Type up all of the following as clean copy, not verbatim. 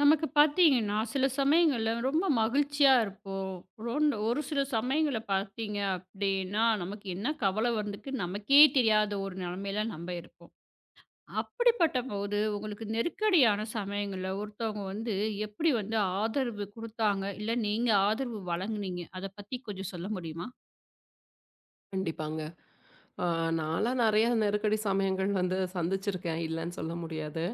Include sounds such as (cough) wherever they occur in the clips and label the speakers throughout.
Speaker 1: நமக்கு பார்த்தீங்கன்னா, சில சமயங்கள்ல ரொம்ப மகிழ்ச்சியா இருப்போம். ஒரு சில சமயங்கள்ல பார்த்தீங்க அப்டின்னா, நமக்கு என்ன கவலை வந்துக்கு நமக்கே தெரியாத ஒரு நிலைமையில நம்ப இருப்போம். அப்படிப்பட்ட போது, உங்களுக்கு நெருக்கடியான சமயங்கள்ல ஒருத்தவங்க வந்து எப்படி வந்து ஆதரவு குடுத்தாங்க? இல்ல நீங்க ஆதரவு வழங்குனீங்க? அத பத்தி கொஞ்சம் சொல்ல முடியுமா?
Speaker 2: கண்டிப்பாங்க. ஆ நான்லாம் நெறைய நெருக்கடி சமயங்கள் வந்து சந்திச்சிருக்கேன், இல்லன்னு சொல்ல முடியாது.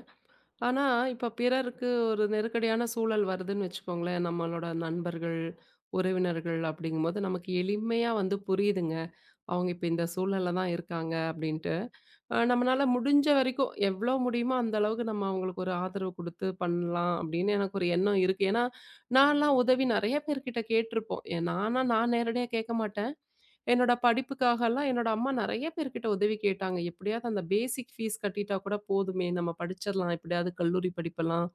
Speaker 2: ஆனா, இப்ப பிறருக்கு ஒரு நெருக்கடியான சூழல் வருதுன்னு வச்சுக்கோங்களேன், நம்மளோட நண்பர்கள், உறவினர்கள் அப்படிங்கும்போது நமக்கு எளிமையா வந்து புரியுதுங்க. அவங்க இப்ப இந்த சூழல்ல தான் இருக்காங்க அப்படின்ட்டு. நம்மனால முடிஞ்ச வரைக்கும் எவ்வளோ முடியுமோ அந்த அளவுக்கு நம்ம அவங்களுக்கு ஒரு ஆதரவு குடுத்து பண்ணலாம் அப்படின்னு எனக்கு ஒரு எண்ணம் இருக்கு. ஏன்னா, நான்லாம் உதவி நெறைய பேர்கிட்ட கேட்டுருப்போம். ஏ நானா நான் நேரடியா கேட்க மாட்டேன். என்னோட படிப்புக்காகலாம் என்னோட அம்மா நெறைய பேர்கிட்ட உதவி கேட்டாங்க. எப்படியாவது அந்த பேசிக் ஃபீஸ் கட்டிட்டா கூட போதுமே, நம்ம படிச்சிடலாம். எப்படியாவது கல்லூரி படிப்பெல்லாம்.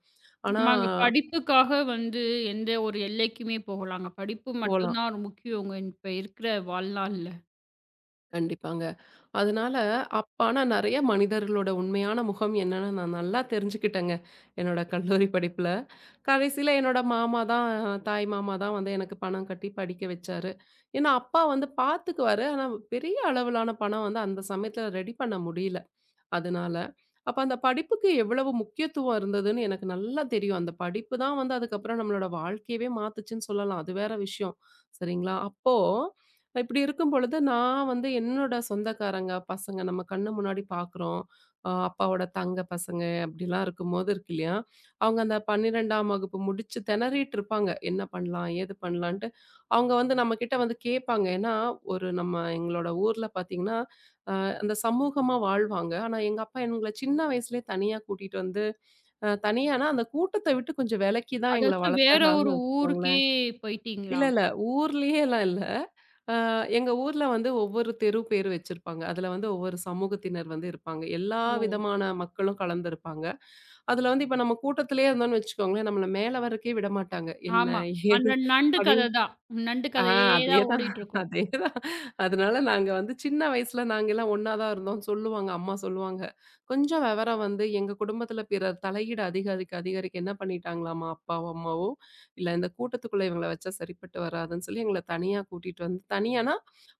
Speaker 2: ஆனா
Speaker 1: நம்ம அங்க படிப்புக்காக வந்து எந்த ஒரு எல்லைக்குமே போகலாங்க. படிப்பு மட்டும்
Speaker 2: போலாம்.
Speaker 1: தான் ஒரு முக்கியங்க இப்ப இருக்கிற வாழ்நாள்ல.
Speaker 2: கண்டிப்பாங்க. அதனால அப்ப ஆனா நெறைய மனிதர்களோட உண்மையான முகம் என்னன்னு நான் நல்லா தெரிஞ்சுக்கிட்டேங்க. என்னோட கல்லூரி படிப்புல. கடைசியில என்னோட மாமா தான் தாய் மாமா தான் வந்து எனக்கு பணம் கட்டி படிக்க வச்சாரு. ஏன்னா அப்பா வந்து பாத்துக்குவாரு. ஆனா பெரிய அளவிலான பணம் வந்து அந்த சமயத்துல ரெடி பண்ண முடியல. அதனால. அப்ப அந்த படிப்புக்கு எவ்வளவு முக்கியத்துவம் இருந்ததுன்னு எனக்கு நல்லா தெரியும். அந்த படிப்பு தான் வந்து அதுக்கப்புறம் நம்மளோட வாழ்க்கையவே மாத்துச்சுன்னு சொல்லலாம். அது வேற விஷயம். சரிங்களா? அப்போ இப்படி இருக்கும் பொழுது நான் வந்து என்னோட சொந்தக்காரங்க, பசங்க நம்ம கண்ணு முன்னாடி பார்க்குறோம். அப்பாவோட தங்க பசங்க அப்படிலாம் இருக்கும்போது இருக்கு இல்லையா? அவங்க அந்த 12ஆம் வகுப்பு முடிச்சு திணறிட்டு இருப்பாங்க. என்ன பண்ணலாம்? ஏது பண்ணலான்ட்டு. அவங்க வந்து நம்மகிட்ட வந்து கேட்பாங்க. ஏன்னா, ஒரு நம்ம எங்களோட ஊர்ல பார்த்தீங்கன்னா, அந்த சமூகமா வாழ்வாங்க. ஆனா, எங்க அப்பா எங்கள சின்ன வயசுலயே தனியா கூட்டிட்டு வந்து, தனியானா அந்த கூட்டத்த விட்டு கொஞ்சம் விலக்கி தான் எங்கள
Speaker 1: அதாச்சும் வேற ஒரு
Speaker 2: வளர்த்தறாருன்னு
Speaker 1: ஊருக்கே
Speaker 2: வச்சுக்கோங்களேன். இல்ல,
Speaker 1: போயிட்டீங்களா?
Speaker 2: இல்ல. ஊர்லயேலாம் இல்ல. அ எங்க ஊர்ல வந்து ஒவ்வொரு தெரு பேரு வச்சிருப்பாங்க. அதுல வந்து ஒவ்வொரு சமூகத்தினர் வந்து இருப்பாங்க. எல்லா
Speaker 1: ஓ!
Speaker 2: விதமான மக்களும் கலந்திருப்பாங்க. அதுல வந்து இப்ப நம்ம கூட்டத்திலேயே இருந்தோம்னு வச்சுக்கோங்களேன், நம்மள மேல வரக்கே விடமாட்டாங்க. என்ன?
Speaker 1: ஆமா.
Speaker 2: ஏது?
Speaker 1: அந்த நண்டு
Speaker 2: அப்டியே
Speaker 1: கத தான். நண்டு
Speaker 2: ஆ
Speaker 1: கதையே தான்
Speaker 2: அதேதான்,
Speaker 1: ஓடிட்டுருக்கும்.
Speaker 2: அதேதான். அதனால நாங்க வந்து சின்ன வயசுல நாங்கலாம் ஒண்ணா தான் இருந்தோம்னு சொல்லுவாங்க. அம்மா சொல்லுவாங்க. கொஞ்சம் விவரம் வந்து எங்க குடும்பத்துல பிறர் தலையீடு அதிகரிக்க, அதிகரிக்க என்ன பண்ணிட்டாங்களாமா அப்பாவோ, அம்மாவோ, இல்ல இந்த கூட்டத்துக்குள்ள இவங்கள வச்சா சரிப்பட்டு வராதுன்னு சொல்லி எங்கள தனியா கூட்டிட்டு வந்து தனியானா,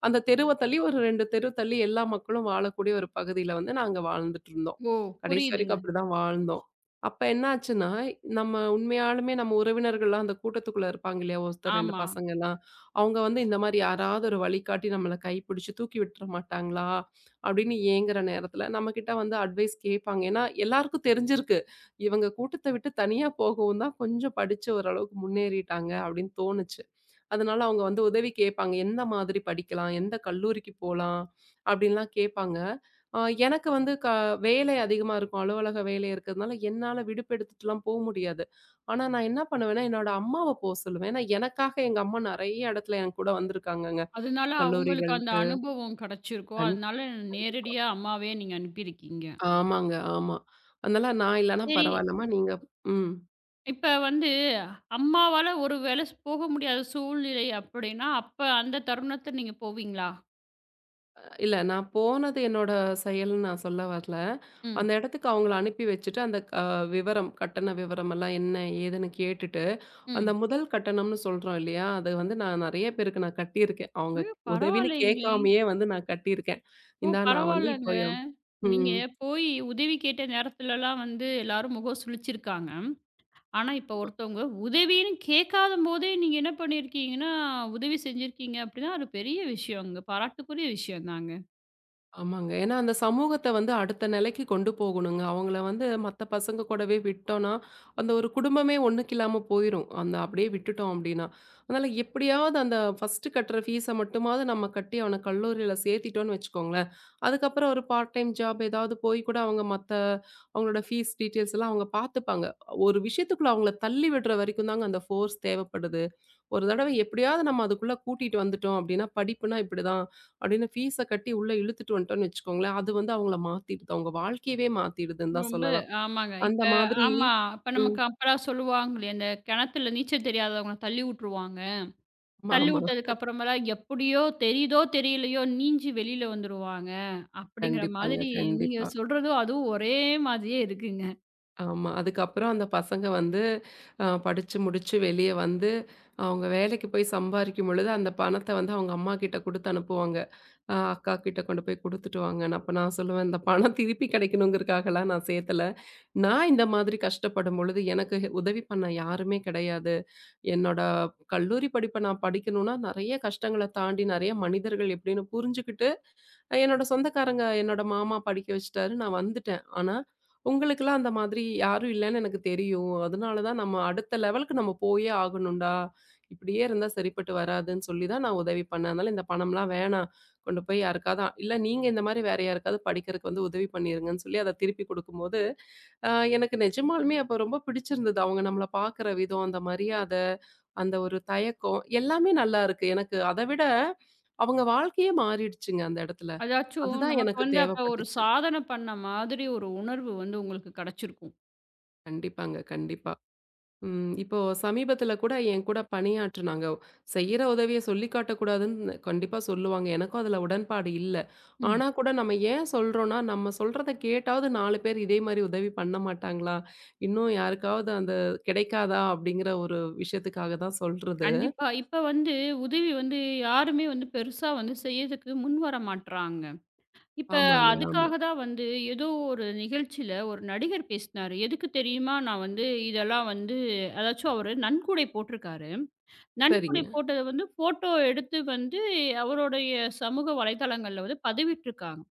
Speaker 2: அந்த தெருவ தள்ளி ஒரு 2 தெரு தள்ளி எல்லா மக்களும் வாழக்கூடிய ஒரு பகுதியில வந்து நாங்க வாழ்ந்துட்டு இருந்தோம்.
Speaker 1: ஓ!
Speaker 2: கடைசி வரைக்கும்
Speaker 1: புரியுதுங்க.
Speaker 2: அப்படிதான் வாழ்ந்தோம். அப்ப என்ன ஆச்சுன்னா, நம்ம உண்மையாலுமே நம்ம உறவினர்கள்லாம் அந்த கூட்டத்துக்குள்ள இருப்பாங்க இல்லையா? ஒருத்தர் 2
Speaker 1: ஆமா.
Speaker 2: பசங்கலாம் அவங்க வந்து இந்த மாரி யாராவது ஒரு வழிகாட்டி நம்மள கைப்பிடிச்சு தூக்கி விட்டுற மாட்டாங்களா? அப்படின்னு ஏங்குற நேரத்துல நம்மகிட்ட வந்து அட்வைஸ் கேட்பாங்க. ஏன்னா எல்லாருக்கும் தெரிஞ்சிருக்கு. இவங்க கூட்டத்த விட்டு தனியா போகவும் தான் கொஞ்சம் படிச்சு ஓரளவுக்கு முன்னேறிட்டாங்க அப்படின்னு தோணுச்சு. அதனால அவங்க வந்து உதவி கேட்பாங்க. எந்த மாதிரி படிக்கலாம்? எந்த கல்லூரிக்கு போலாம்? அப்படின்லாம் கேட்பாங்க. அ எனக்கு வந்து வேலை அதிகமா இருக்கும். அலுவலக வேலை இருக்கிறதுனால என்னால விடுப்பு எடுத்துட்டுலாம் போ முடியாது. ஆனா, நான் என்ன பண்ணுவேன்னா, என்னோட அம்மாவ போ சொல்லுவேன். ஏன்னா, எனக்காக எங்க அம்மா நெறைய இடத்துல என் கூட வந்திருக்காங்கங்க.
Speaker 1: அதனால அவங்களுக்கு அந்த
Speaker 2: கல்லூரிகளுக்கு
Speaker 1: அனுபவம் கிடைச்சிருக்கும்.
Speaker 2: கண்
Speaker 1: அதனால
Speaker 2: கண்டிப்பா.
Speaker 1: நேரடியா அம்மாவே நீங்க அனுப்பியிருக்கீங்க.
Speaker 2: ஆமாங்க, ஆமா. அதனால நான் இல்லன்னா
Speaker 1: சரி,
Speaker 2: பரவாயில்லம்மா நீங்க ம்.
Speaker 1: இப்ப வந்து அம்மாவால ஒரு வேள போக முடியாத சூழ்நிலை அப்படின்னா, அப்ப அந்த தருணத்துல நீங்க போவீங்களா?
Speaker 2: இல்ல நான் போனது என்னோட செயல்ன்னு நான் சொல்ல வரல. அந்த
Speaker 1: ம்,
Speaker 2: இடத்துக்கு அவங்கள அனுப்பி வச்சுட்டு, அந்த விவரம், கட்டண விவரமெல்லாம் என்ன ஏதுன்னு கேட்டுட்டு, அந்த
Speaker 1: ம்.
Speaker 2: முதல் கட்டணம்னு சொல்றோம் இல்லையா? அது வந்து நான் நெறைய பேருக்கு நான் கட்டியிருக்கேன். அவங்க
Speaker 1: ஐயோ!
Speaker 2: உதவின்னு
Speaker 1: பரவாயில்லைங்களே!
Speaker 2: கேட்காமயே வந்து நான் கட்டியிருக்கேன்.
Speaker 1: ஓ!
Speaker 2: இந்தா நான் வந்து
Speaker 1: பரவாயில்லங்க.
Speaker 2: இப்போ எம்
Speaker 1: நீங்க
Speaker 2: ம்.
Speaker 1: போய் உதவி கேட்ட நேரத்துலலாம் வந்து எல்லாரும் முகம் சுளிச்சிருக்காங்க. ஆனா, இப்ப ஒருத்தவங்க உதவின்னு கேட்காதம்போதே நீங்க என்ன பண்ணியிருக்கீங்கன்னா, உதவி செஞ்சிருக்கீங்க அப்படின்னா, அது பெரிய விஷயங்க. பாராட்டுக்குரிய விஷயம் தாங்க.
Speaker 2: ஆமாங்க. ஏன்னா அந்த சமூகத்த வந்து அடுத்த நிலைக்கு கொண்டு போகணுங்க. அவங்கள வந்து மத்த பசங்க கூடவே விட்டோம்னா, அந்த ஒரு குடும்பமே ஒண்ணுக்கில்லாம போயிரும். அந்த அப்படியே விட்டுட்டோம் அப்படின்னா. அதனால எப்படியாவது அந்த ஃபர்ஸ்ட்டு கட்டுற ஃபீஸ மட்டுமாவது நம்ம கட்டி அவன கல்லூரியில சேர்த்திட்டோம்னு வச்சுக்கோங்களேன். அதுக்கப்புறம் ஒரு பார்ட் டைம் ஜாப் ஏதாவது போய் கூட அவங்க மத்த அவங்களோட ஃபீஸ் டீட்டெயில்ஸ் எல்லாம் அவங்க பார்த்துப்பாங்க. ஒரு விஷயத்துக்குள்ள அவங்கள தள்ளி விடுற வரைக்கும் தாங்க அந்த ஃபோர்ஸ் தேவைப்படுது. ஒரு தடவை எப்படியாவது நம்ம அதுக்குள்ள கூட்டிட்டு வந்துட்டோம் அப்படின்னா, படிப்புனா இப்படிதான் அப்படின்னு ஃபீஸ கட்டி உள்ள இழுத்துட்டு வந்துட்டோம்னு வச்சுக்கோங்களேன், அது வந்து அவங்கள மாத்திடுது. அவங்க வாழ்க்கையவே மாத்திடுதுன்னு தான்
Speaker 1: ரொம்ப
Speaker 2: சொல்லலாம்.
Speaker 1: ஆமாங்க.
Speaker 2: அந்த
Speaker 1: இப்ப
Speaker 2: மாதிரி
Speaker 1: ஆமா. இப்ப
Speaker 2: ம்.
Speaker 1: நமக்கு அப்பலாம் சொல்லுவாங்களே, அந்த கிணத்துல நீச்சல் தெரியாதவங்கள தள்ளி வுட்டுருவாங்க. தள்ளி
Speaker 2: ஆமா.
Speaker 1: வுட்டதுக்கு அப்புறமேலா எப்படியோ தெரியுதோ, தெரியலையோ நீஞ்சி வெளியில வந்துருவாங்க. அப்படிங்கிற
Speaker 2: கண்டிப்பாங்க.
Speaker 1: மாதிரி நீங்க
Speaker 2: கண்டிப்பா.
Speaker 1: சொல்றதும், அதுவும் ஒரே மாதிரியே இருக்குங்க.
Speaker 2: ஆமா. அதுக்கப்புறம் அந்த பசங்க வந்து படிச்சு முடிச்சு வெளிய வந்து, அவங்க வேலைக்கு போய் சம்பாரிக்கும் பொழுது, அந்த பணத்த வந்து அவங்க அம்மாகிட்ட குடுத்து அனுப்புவாங்க. அக்கா கிட்ட கொண்டு போய் குடுத்துட்டு வாங்கன்னு. அப்ப நான் சொல்லுவேன், "இந்த பணம் திருப்பி கிடைக்கணுங்கிறதுக்காகலாம் நான் சேர்த்தல. நான் இந்த மாதிரி கஷ்டப்படும் பொழுது எனக்கு உதவி பண்ண யாருமே கிடையாது. என்னோட கல்லூரி படிப்ப நான் படிக்கணும்னா, நெறைய கஷ்டங்கள தாண்டி நெறைய மனிதர்கள் எப்படின்னு புரிஞ்சுகிட்டு, என்னோட சொந்தக்காரங்க என்னோட மாமா படிக்க வச்சுட்டாரு. நான் வந்துட்டேன். ஆனா, உங்களுக்கெல்லாம் அந்த மாதிரி யாரும் இல்லன்னு எனக்கு தெரியும். அதனால தான் நம்ம அடுத்த லெவலுக்கு நம்ம போயே ஆகணும்டா. இப்படியே இருந்தா சரிப்பட்டு வராதுன்னு சொல்லி தான் நான் உதவி பண்ணேன். அதனால இந்த பணம்லாம் வேணாம். கொண்டு போய் யாருக்காவது இல்ல நீங்க இந்த மாரி வேற யாருக்காவது படிக்கிறதுக்கு வந்து உதவி பண்ணிருங்கன்னு சொல்லி அத திருப்பி குடுக்கும்போது, அ எனக்கு நிஜமாலுமே அப்ப ரொம்ப பிடிச்சிருந்தது. அவங்க நம்மள பார்க்குற விதம், அந்த மரியாத, அந்த ஒரு தயக்கம் எல்லாமே நல்லா இருக்கு. எனக்கு அத விட அவங்க வாழ்க்கையே மாறிடுச்சுங்க அந்த இடத்துல.
Speaker 1: அதாச்சும்
Speaker 2: அதுதான்
Speaker 1: நமக்கு
Speaker 2: எனக்கு
Speaker 1: வந்து அப்ப ஒரு
Speaker 2: தேவைப்பட்டுச்சு.
Speaker 1: சாதனை பண்ண மாதிரி ஒரு உணர்வு வந்து உங்களுக்கு கிடைச்சிருக்கும்.
Speaker 2: கண்டிப்பாங்க, கண்டிப்பா. ம். இப்போ சமீபத்தில கூட என் கூட பணியாற்றுனாங்க. செய்யற உதவிய சொல்லிக் காட்டக்கூடாதுன்னு கண்டிப்பா சொல்லுவாங்க. எனக்கும் அதில உடன்பாடு இல்ல.
Speaker 1: ம்.
Speaker 2: ஆனா கூட நம்ம ஏன் சொல்றோம்னா, நம்ம சொல்றத கேட்டாவது 4 பேர் இதே மாரி உதவி பண்ண மாட்டாங்களா? இன்னும் யாருக்காவது அந்த கிடைக்காதா? அப்படிங்கிற ஒரு விஷயத்துக்காக தான் சொல்றது.
Speaker 1: கண்டிப்பா. இப்ப வந்து உதவி வந்து யாருமே வந்து பெருசா வந்து செய்யறதுக்கு முன் வர மாட்றாங்க. இப்ப
Speaker 2: ஆமாங்க, ஆமா.
Speaker 1: அதுக்காக தான் வந்து ஏதோ ஒரு நிகழ்ச்சியில ஒரு நடிகர் பேசினாரு. எதுக்கு தெரியுமா? நான் வந்து இதெல்லாம் வந்து அதாச்சும் அவரு நன்கொடை போட்டிருக்காரு. நன்கொடை
Speaker 2: சரிங்க.
Speaker 1: போட்டத வந்து ஃபோட்டோ எடுத்து வந்து அவருடைய சமூக வலைதளங்கள்ல வந்து பதிவிட்டுருக்காங்க.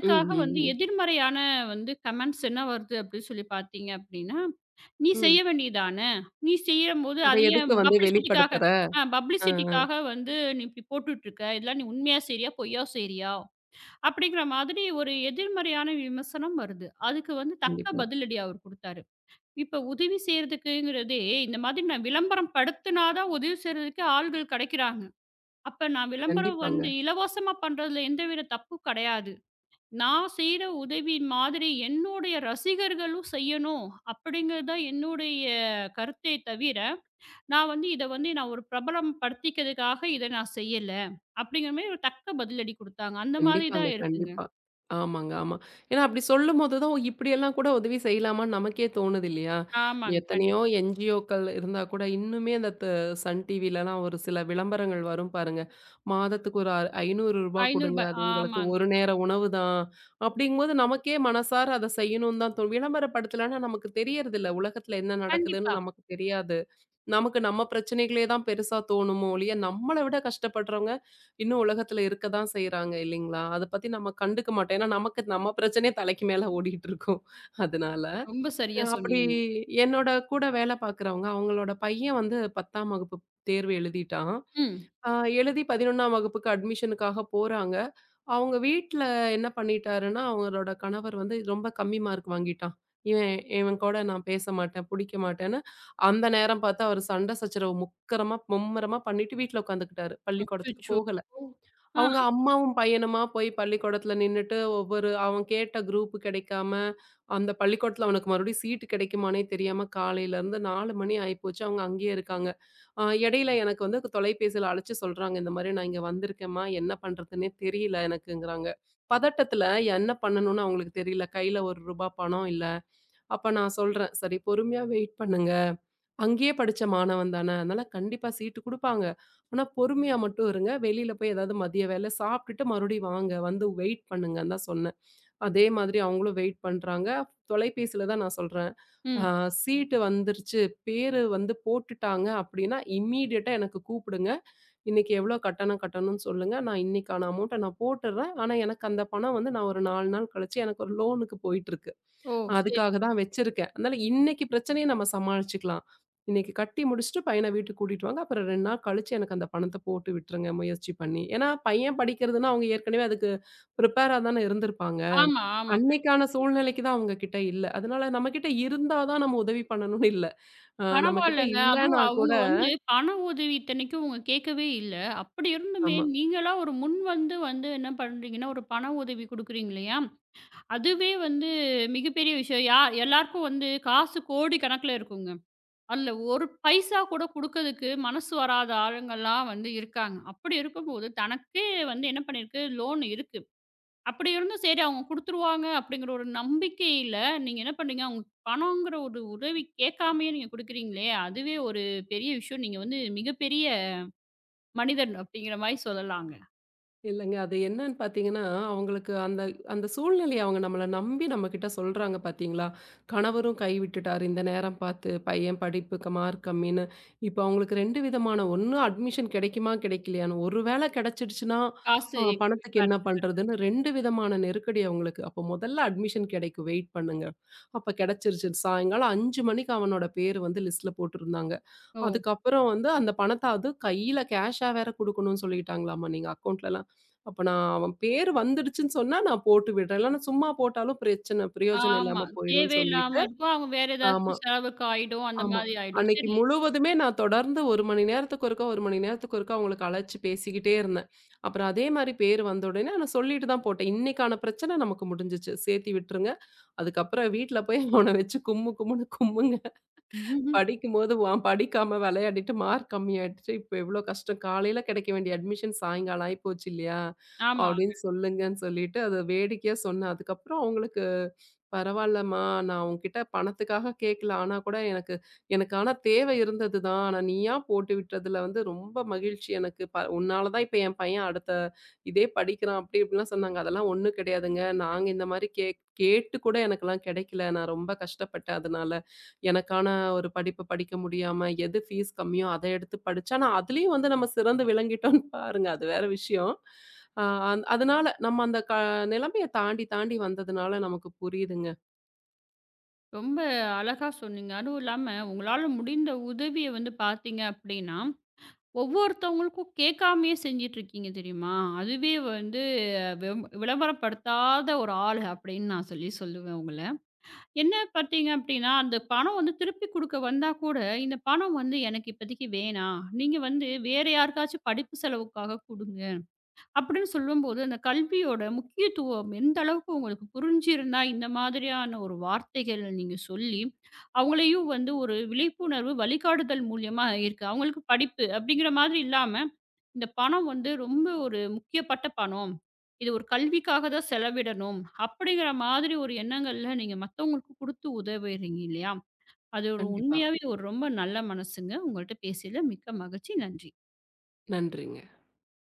Speaker 2: ம், ம்,
Speaker 1: வந்து
Speaker 2: ம்.
Speaker 1: எதிர்மறையான வந்து கமெண்ட்ஸ் என்ன வருது அப்படின்னு சொல்லி பார்த்தீங்க அப்படின்னா, "நீ
Speaker 2: ம்.
Speaker 1: செய்ய வேண்டியதான? நீ செய்யும்போது
Speaker 2: அத
Speaker 1: அது
Speaker 2: எதுக்கு
Speaker 1: ஏன்
Speaker 2: வந்து
Speaker 1: பப்ளிசிட்டிக்காக
Speaker 2: வெளிப்படுத்துற?
Speaker 1: ஆ
Speaker 2: ஆ, ஆ.
Speaker 1: பப்ளிசிட்டிக்காக வந்து நீ இப்படி போட்டுட்டு இருக்க? இதெல்லாம் நீ உண்மையா செய்றியா? பொய்யா செய்றியா?" அப்படிங்கிற மாதிரி ஒரு எதிர்மறையான விமர்சனம் வருது. அதுக்கு வந்து தக்க
Speaker 2: கண்டிப்பா,
Speaker 1: பதிலடி அவர் குடுத்தாரு. இப்ப உதவி செய்றதுக்குங்கிறதே, இந்த மாதிரி நான் விளம்பரம் படுத்துனா தான் உதவி செய்றதுக்கு ஆள்கள் கிடைக்கிறாங்க. அப்ப நான் விளம்பரம்
Speaker 2: கண்டிப்பாங்க.
Speaker 1: வந்து இலவசமா பண்றதுல எந்தவித தப்பும் கிடையாது. நான் செய்ற உதவி மாதிரி என்னுடைய ரசிகர்களும் செய்யணும் அப்படிங்கிறது தான் என்னுடைய கருத்தே தவிர, நான் வந்து இத வந்து நான் ஒரு பிரபலம் படுத்திக்கிறதுக்காக இத நான் செய்யல. அப்படிங்கிற மாரி ஒரு தக்க பதிலடி குடுத்தாங்க. அந்த மாதிரி
Speaker 2: கண்டிப்பாங்க,
Speaker 1: தான் இருக்குங்க.
Speaker 2: கண்டிப்பா. ஆமாங்க, ஆமா. ஏன்னா அப்படி சொல்லும்போது தான், ஓ! இப்படியெல்லாம் கூட உதவி செய்யலாமான்னு நமக்கே தோணுது இல்லையா?
Speaker 1: ஆமாங்க.
Speaker 2: எத்தனையோ
Speaker 1: கண்டிப்பா. ரூ.
Speaker 2: என்ஜிஓக்கள் இருந்தா கூட, இன்னுமே அந்த சன் டிவிலலாம் ஒரு சில விளம்பரங்கள் வரும் பாருங்க. மாதத்துக்கு ஒரு ரூ. 500 கொடுங்க.
Speaker 1: 500
Speaker 2: அது உங்களுக்கு
Speaker 1: ஆமாங்க.
Speaker 2: ஒரு நேர உணவு தான். அப்படிங்கும்போது நமக்கே மனசார அத செய்யணும்னு தான் தோணும். விளம்பரப்படுத்தலன்னா நமக்கு தெரியறதில்ல. உலகத்தில என்ன
Speaker 1: கண்டிப்பா.
Speaker 2: நடக்குதுன்னு நமக்கு தெரியாது. நமக்கு நம்ம பிரச்சனைகளே தான் பெருசா தோணுமோ ஒழிய, நம்மள விட கஷ்டப்படுறவங்க இன்னும் உலகத்துல இருக்க தான் செய்றாங்க இல்லைங்களா? அத பத்தி நம்ம கண்டுக்க மாட்டோம். ஏன்னா, நமக்கு நம்ம பிரச்சனையே தலைக்கு மேல ஓடிட்டு இருக்கும். அதனால,
Speaker 1: ரொம்ப சரியா
Speaker 2: அப்படி
Speaker 1: சொன்னீங்க.
Speaker 2: என்னோட கூட வேலை பார்க்குறவங்க, அவங்களோட பையன் வந்து 10ஆம் வகுப்பு தேர்வு எழுதிட்டான்.
Speaker 1: ம்.
Speaker 2: அ எழுதி 11ஆம் வகுப்புக்கு அட்மிஷனுக்காக போறாங்க. அவங்க வீட்ல என்ன பண்ணிட்டாருன்னா, அவங்களோட கணவர் வந்து ரொம்ப கம்மி மார்க் வாங்கிட்டான். இவன் இவன் கூட நான் பேச மாட்டேன், புடிக்க மாட்டேன்னு, அந்த நேரம் பார்த்து அவரு சண்டை சச்சரவு மும்முரமா பண்ணிட்டு வீட்ல உட்காந்துக்கிட்டாரு. பள்ளிக்கூடத்துக்கு
Speaker 1: அச்சச்சோ!
Speaker 2: போகல. அவங்க
Speaker 1: ஆ.
Speaker 2: அம்மாவும் பையனுமா போய் பள்ளிக்கூடத்துல நின்னுட்டு ஒவ்வொரு அவன் கேட்ட குரூப் கிடைக்காம, அந்த பள்ளிக்கூடத்துல அவனுக்கு மறுபடியும் சீட்டு கிடைக்குமான்னே தெரியாம காலையில இருந்து 4 மணி ஆயிப்போச்சு. அவங்க அங்கேயே இருக்காங்க. இடையில எனக்கு வந்து தொலைபேசியில அழைச்சு சொல்றாங்க, "இந்த மாரி நான் இங்க வந்திருக்கேன்ம்மா. என்ன பண்றதுன்னே தெரியல எனக்குங்கிறாங்க." பதட்டத்துல என்ன பண்ணணும்னு அவங்களுக்கு தெரியல. கையில ரூ. 1 பணம் இல்ல. அப்ப நான் சொல்றேன், "சரி பொறுமையா வெயிட் பண்ணுங்க. அங்கேயே படிச்ச மாணவன் தானே. அதனால கண்டிப்பா சீட்டு குடுப்பாங்க. ஆனா பொறுமையா மட்டும் இருங்க. வெளியில போய் ஏதாவது மதிய வேலை சாப்பிட்டுட்டு மறுபடியும் வாங்க. வந்து வெயிட் பண்ணுங்கன்னு தான் சொன்னேன். அதே மாதிரி அவங்களும் வெயிட் பண்றாங்க. தொலைபேசியில தான் நான் சொல்றேன். ஆ
Speaker 1: ம்.
Speaker 2: சீட்டு வந்துருச்சு. பேரு வந்து போட்டுட்டாங்க அப்டின்னா, இம்மீடியட்டா எனக்கு கூப்பிடுங்க. இன்னைக்கு எவ்வளோ கட்டணம் கட்டணும்னு சொல்லுங்க. நான் இன்னைக்கான அமௌண்ட்ட நான் போட்டுர்றேன். ஆனா, எனக்கு அந்த பணம் வந்து நான் ஒரு 4 நாள் கழிச்சு எனக்கு ஒரு லோனுக்கு போயிட்டுருக்கு.
Speaker 1: ஓ! சரிங்க.
Speaker 2: அதுக்காக தான் வச்சிருக்கேன். அதனால இன்னைக்கு பிரச்சனைய நம்ம சமாளிச்சுக்கலாம். இன்னைக்கு கட்டி முடிச்சுட்டு பையன வீட்டுக்கு கூட்டிட்டு வாங்க. அப்புறம் 2 நாள் கழிச்சு எனக்கு அந்த பணத்த போட்டு விட்டுருங்க முயற்சி பண்ணி. ஏன்னா, பையன் படிக்கிறதுன்னா அவங்க ஏற்கனவே அதுக்கு ப்ரிப்பேரா தானே இருந்திருப்பாங்க.
Speaker 1: ஆமா, ஆமா. கண்டிப்பா,
Speaker 2: அன்னைக்கான
Speaker 1: கண்டிப்பா.
Speaker 2: சூழ்நிலைக்கு தான் அவங்க கிட்ட இல்ல. அதனால நம்மகிட்ட இருந்தா தான் நம்ம உதவி பண்ணணும்னு இல்ல. நம்மகிட்ட
Speaker 1: பரவாயில்லங்க.
Speaker 2: இல்லன்னா
Speaker 1: அதுவும்
Speaker 2: கூட
Speaker 1: அவங்க வந்து பண உதவி இத்தனைக்கும் அவங்க கேட்கவே இல்ல. அப்படி இருந்துமே
Speaker 2: ஆமா.
Speaker 1: நீங்களா ஒரு முன் வந்து வந்து என்ன பண்றீங்கன்னா, ஒரு பண உதவி குடுக்குறீங்க இல்லையா? அதுவே வந்து மிகப்பெரிய விஷயம். எல்லாருக்கும் வந்து காசு கோடி கணக்குல இருக்குங்க. அதுல ஒரு பைசா கூட குடுக்கறதுக்கு மனசு வராத ஆளுங்கலாம் வந்து இருக்காங்க. அப்படி இருக்கும்போது, தனக்கே வந்து என்ன பண்ணிருக்கு லோன் இருக்கு. அப்படி இருந்தும் சரி அவங்க குடுத்துருவாங்க அப்படிங்கிற ஒரு நம்பிக்கையில, நீங்க என்ன பண்ணீங்க, அவங்க பணங்கிற ஒரு உதவி கேட்காமயே நீங்க குடுக்குறீங்களே, அதுவே ஒரு பெரிய விஷயம். நீங்க வந்து மிகப்பெரிய மனிதன் அப்படிங்கிற மாரி சொல்லலாங்க.
Speaker 2: இல்லங்க. அது என்னன்னு பார்த்தீங்கன்னா, அவங்களுக்கு அந்த அந்த சூழ்நிலைய அவங்க நம்மள நம்பி நம்மகிட்ட சொல்றாங்க பார்த்தீங்களா? கணவரும் கைவிட்டுட்டாரு இந்த நேரம் பார்த்து. பையன் படிப்புக்கு மார்க் கம்மின்னு. இப்ப அவங்களுக்கு 2 விதமான ஒண்ணு அட்மிஷன் கிடைக்குமா, கிடைக்கலையான்னு. ஒரு வேள கிடைச்சிடுச்சுன்னா,
Speaker 1: காசு எங்க போய்
Speaker 2: பணத்துக்கு என்ன பண்றதுன்னு 2 விதமான நெருக்கடி அவங்களுக்கு. அப்போ முதல்ல அட்மிஷன் கிடைக்கும் வெயிட் பண்ணுங்க. அப்ப கிடைச்சிருச்சு. சாயங்காலம் 5 மணிக்கு அவனோட பேரு வந்து லிஸ்ட்ல போட்டிருந்தாங்க.
Speaker 1: ஓ!
Speaker 2: அதுக்கப்புறம் வந்து அந்த பணத்த அது கையில கேஷா வேற குடுக்கணும்னு சொல்லிட்டாங்களாமா. நீங்க அக்கவுண்ட்லலாம் அப்ப நான் அவன் பேரு வந்துடுச்சுன்னு சொன்னா, நான் போட்டு விடுறேன். இல்லன்னா சும்மா போட்டாலும் பிரச்சனை, பிரயோஜனம்
Speaker 1: ஆமா.
Speaker 2: இல்லாம போயிரும்ன்னு சொல்லிட்டு
Speaker 1: தேவையில்லாம இருக்கும். அவங்க வேற
Speaker 2: ஆமா,
Speaker 1: ஏதாச்சும் செலவுக்கு ஆயிடும். அந்த
Speaker 2: ஆமா.
Speaker 1: மாதிரி ஆயிடும்.
Speaker 2: அன்னைக்கு
Speaker 1: சரி.
Speaker 2: முழுவதுமே நான் தொடர்ந்து 1 மணி நேரத்துக்கு ஒருக்கா, 1 மணி நேரத்துக்கு ஒருக்கா அவங்களுக்கு அழைச்சு பேசிக்கிட்டே இருந்தேன். அப்புறம் அதே மாரி பேரு வந்த உடனே நான் சொல்லிட்டு தான் போட்டேன். இன்னைக்கான பிரச்சனை நமக்கு முடிஞ்சுச்சு. சேர்த்தி விட்டுருங்க. அதுக்கப்புறம் வீட்ல போய் அவன வச்சு கும்மு கும்முன்னு கும்முங்க.
Speaker 1: ம்ஹும்.
Speaker 2: படிக்கும்போது வான் படிக்காம விளையாடிட்டு மார்க் கம்மியாயிடுச்சு. இப்ப எவ்ளோ கஷ்டம். காலையில கிடைக்க வேண்டிய அட்மிஷன் சாயங்காலம் ஆயிப்போச்சு இல்லையா?
Speaker 1: ஆமா.
Speaker 2: அப்படின்னு சொல்லுங்கன்னு சொல்லிட்டு அத வேடிக்கையா சொன்னேன். அதுக்கப்புறம் அவங்களுக்கு "பரவாயில்லம்மா, நான் உன்கிட்ட பணத்துக்காக கேட்கல. ஆனா கூட எனக்கு எனக்கு ஆனா தேவை இருந்தது தான். ஆனா நீயா போட்டு விட்டதுல வந்து ரொம்ப மகிழ்ச்சி எனக்கு. உன்னால தான் இப்ப என் பையன் அடுத்த இதே படிக்கிறான்." அப்படி இப்படிலாம் சொன்னாங்க. அதெல்லாம் ஒண்ணும் கிடையாதுங்க. நாங்க இந்த மாரி கேக் கேட்டு கூட எனக்கெல்லாம் கிடைக்கல. நான் ரொம்ப கஷ்டப்பட்டேன் அதனால. எனக்கான ஒரு படிப்பு படிக்க முடியாம, எது ஃபீஸ் கம்மியோ அத எடுத்து படிச்சா, ஆனா அதுலயும் வந்து நம்ம சிறந்து விளங்கிட்டோம்ன்னு (laughs) பாருங்க. அது வேற விஷயம். அ அந் அதனால நம்ம அந்த நிலைமைய தாண்டி, தாண்டி வந்ததுனால நமக்கு புரியுதுங்க.
Speaker 1: ரொம்ப அழகா சொன்னீங்க. அதுவும் இல்லாம உங்களால முடிந்த உதவிய வந்து பார்த்தீங்க அப்படின்னா ஒவ்வொருத்தவங்களுக்கும் கேட்காமயே செஞ்சிட்டுருக்கீங்க தெரியுமா? அதுவே வந்து விளம்பரப்படுத்தாத ஒரு ஆள் அப்படின்னு நான் சொல்லி சொல்லுவேன் உங்கள. என்ன பார்த்தீங்க அப்படின்னா, அந்த பணம் வந்து திருப்பி குடுக்க வந்தா கூட, இந்த பணம் வந்து எனக்கு இப்போதைக்கு வேணாம். நீங்க வந்து வேற யாருக்காச்சும் படிப்பு செலவுக்காக குடுங்க. அப்படின்னு சொல்லும்போது, அந்த கல்வியோட முக்கியத்துவம் எந்த அளவுக்கு உங்களுக்கு புரிஞ்சிருந்தா, இந்த மாதிரியான ஒரு வார்த்தைகள் நீங்க சொல்லி, அவங்களையும் வந்து ஒரு விழிப்புணர்வு வழிகாட்டுதல் மூலியமா இருக்கு. அவங்களுக்கு படிப்பு அப்படிங்கிற மாதிரி இல்லாம, இந்த பணம் வந்து ரொம்ப ஒரு முக்கியப்பட்ட பணம். இது ஒரு கல்விக்காக தான் செலவிடணும். அப்படிங்கிற மாதிரி ஒரு எண்ணங்கள்ல நீங்க மத்தவங்களுக்கு குடுத்து உதவுறீங்க இல்லையா? அது ஒரு
Speaker 2: கண்டிப்பா.
Speaker 1: உண்மையாவே ஒரு ரொம்ப நல்ல மனசுங்க. உங்கள்ட்ட பேசியதில மிக்க மகிழ்ச்சி. நன்றி.
Speaker 2: நன்றிங்க.